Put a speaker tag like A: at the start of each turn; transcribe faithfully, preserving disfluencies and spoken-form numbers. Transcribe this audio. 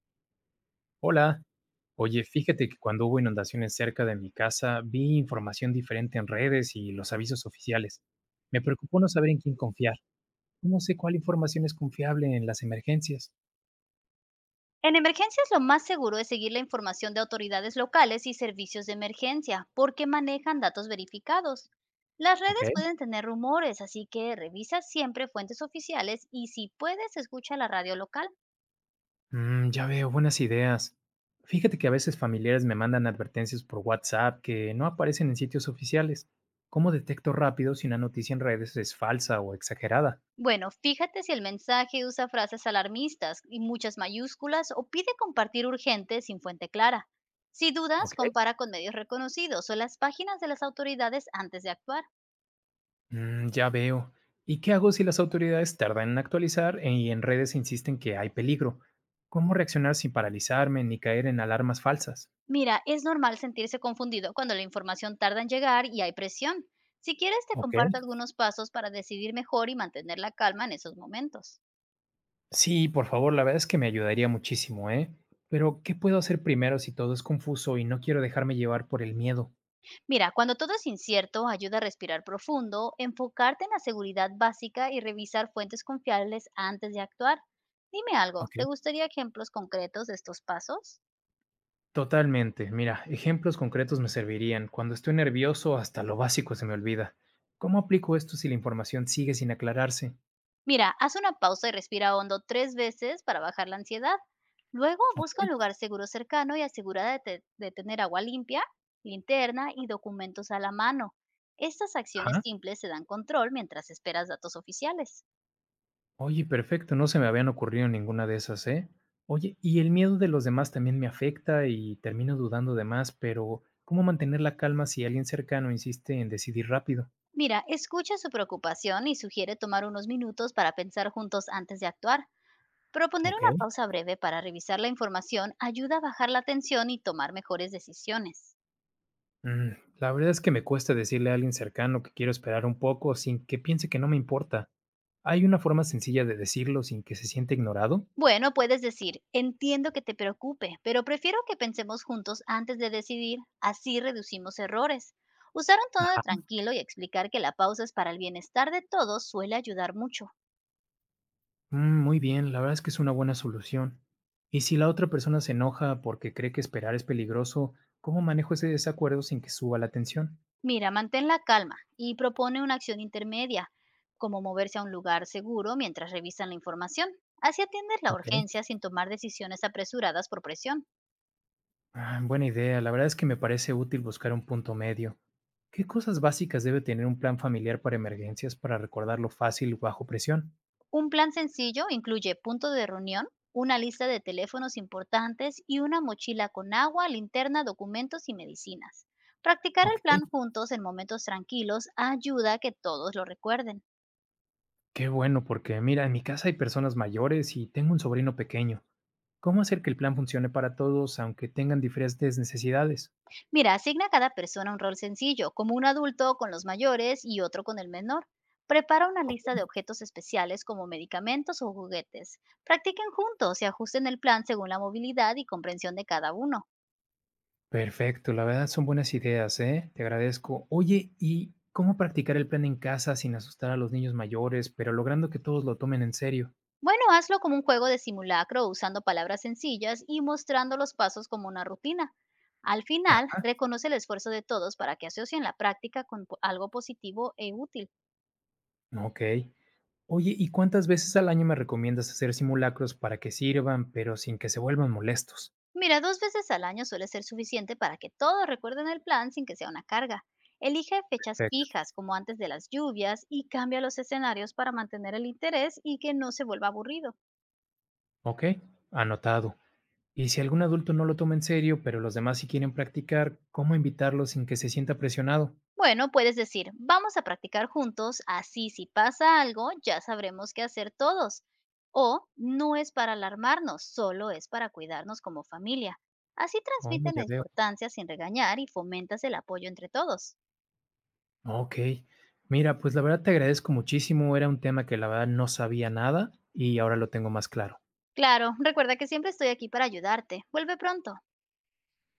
A: Hola, oye, fíjate que cuando hubo inundaciones cerca de mi casa, vi información diferente en redes y los avisos oficiales. Me preocupó no saber en quién confiar. ¿Cómo sé cuál información es confiable en las emergencias?
B: En emergencias lo más seguro es seguir la información de autoridades locales y servicios de emergencia, porque manejan datos verificados. Las
A: Ok,
B: redes pueden tener rumores, así que revisa siempre fuentes oficiales y si puedes, escucha la radio local.
A: mm, ya veo, buenas ideas. Fíjate que a veces familiares me mandan advertencias por WhatsApp que no aparecen en sitios oficiales. ¿Cómo detecto rápido si una noticia en redes es falsa o exagerada?
B: Bueno, fíjate si el mensaje usa frases alarmistas y muchas mayúsculas o pide compartir urgente sin fuente clara. Si dudas,
A: Ok.
B: compara con medios reconocidos o las páginas de las autoridades antes de actuar.
A: Mm, ya veo. ¿Y qué hago si las autoridades tardan en actualizar e- y en redes insisten que hay peligro? ¿Cómo reaccionar sin paralizarme ni caer en alarmas falsas?
B: Mira, es normal sentirse confundido cuando la información tarda en llegar y hay presión. Si quieres, te
A: Ok.
B: comparto algunos pasos para decidir mejor y mantener la calma en esos momentos.
A: Sí, por favor, la verdad es que me ayudaría muchísimo, ¿eh? Pero, ¿qué puedo hacer primero si todo es confuso y no quiero dejarme llevar por el miedo?
B: Mira, cuando todo es incierto, ayuda a respirar profundo, enfocarte en la seguridad básica y revisar fuentes confiables antes de actuar. Dime algo,
A: Ok.
B: ¿te gustaría ejemplos concretos de estos pasos?
A: Totalmente. Mira, ejemplos concretos me servirían. Cuando estoy nervioso, hasta lo básico se me olvida. ¿Cómo aplico esto si la información sigue sin aclararse?
B: Mira, haz una pausa y respira hondo tres veces para bajar la ansiedad. Luego
A: Ok.
B: busca un lugar seguro cercano y asegura de, te- de tener agua limpia, linterna y documentos a la mano. Estas acciones
A: Ajá.
B: simples se dan control mientras esperas datos oficiales.
A: Oye, perfecto, no se me habían ocurrido ninguna de esas, ¿eh? Oye, y el miedo de los demás también me afecta y termino dudando de más, pero ¿cómo mantener la calma si alguien cercano insiste en decidir rápido?
B: Mira, escucha su preocupación y sugiere tomar unos minutos para pensar juntos antes de actuar. Proponer
A: Ok,
B: una pausa breve para revisar la información ayuda a bajar la tensión y tomar mejores decisiones.
A: Mm, la verdad es que me cuesta decirle a alguien cercano que quiero esperar un poco sin que piense que no me importa. ¿Hay una forma sencilla de decirlo sin que se siente ignorado?
B: Bueno, puedes decir, entiendo que te preocupe, pero prefiero que pensemos juntos antes de decidir, así reducimos errores. Usar un tono de tranquilo y explicar que la pausa es para el bienestar de todos suele ayudar mucho.
A: Mm, muy bien, la verdad es que es una buena solución. Y si la otra persona se enoja porque cree que esperar es peligroso, ¿cómo manejo ese desacuerdo sin que suba la tensión?
B: Mira, mantén la calma y propone una acción intermedia, como moverse a un lugar seguro mientras revisan la información. Así atiendes la
A: Ok.
B: urgencia sin tomar decisiones apresuradas por presión.
A: Ah, buena idea, la verdad es que me parece útil buscar un punto medio. ¿Qué cosas básicas debe tener un plan familiar para emergencias para recordarlo fácil bajo presión?
B: Un plan sencillo incluye punto de reunión, una lista de teléfonos importantes y una mochila con agua, linterna, documentos y medicinas. Practicar el
A: Ok.
B: plan juntos en momentos tranquilos ayuda a que todos lo recuerden.
A: Qué bueno, porque mira, en mi casa hay personas mayores y tengo un sobrino pequeño. ¿Cómo hacer que el plan funcione para todos aunque tengan diferentes necesidades?
B: Mira, asigna a cada persona un rol sencillo, como un adulto con los mayores y otro con el menor. Prepara una lista de objetos especiales como medicamentos o juguetes. Practiquen juntos y ajusten el plan según la movilidad y comprensión de cada uno.
A: Perfecto, la verdad son buenas ideas, ¿eh? Te agradezco. Oye, ¿y cómo practicar el plan en casa sin asustar a los niños mayores, pero logrando que todos lo tomen en serio?
B: Bueno, hazlo como un juego de simulacro usando palabras sencillas y mostrando los pasos como una rutina. Al final,
A: Ah,
B: reconoce el esfuerzo de todos para que asocien la práctica con po- algo positivo e útil.
A: ok. Oye, ¿y cuántas veces al año me recomiendas hacer simulacros para que sirvan, pero sin que se vuelvan molestos?
B: Mira, dos veces al año suele ser suficiente para que todos recuerden el plan sin que sea una carga. Elige fechas
A: Perfecto.
B: fijas como antes de las lluvias y cambia los escenarios para mantener el interés y que no se vuelva aburrido.
A: Ok, anotado. Y si algún adulto no lo toma en serio, pero los demás sí quieren practicar, ¿cómo invitarlo sin que se sienta presionado?
B: Bueno, puedes decir, vamos a practicar juntos, así si pasa algo, ya sabremos qué hacer todos. O no es para alarmarnos, solo es para cuidarnos como familia. Así
A: Oh,
B: transmiten la
A: ya veo.
B: importancia sin regañar y fomentas el apoyo entre todos.
A: Okey. Mira, pues, la verdad te agradezco muchísimo, era un tema que la verdad no sabía nada y ahora lo tengo más claro.
B: Claro, recuerda que siempre estoy aquí para ayudarte. Vuelve pronto.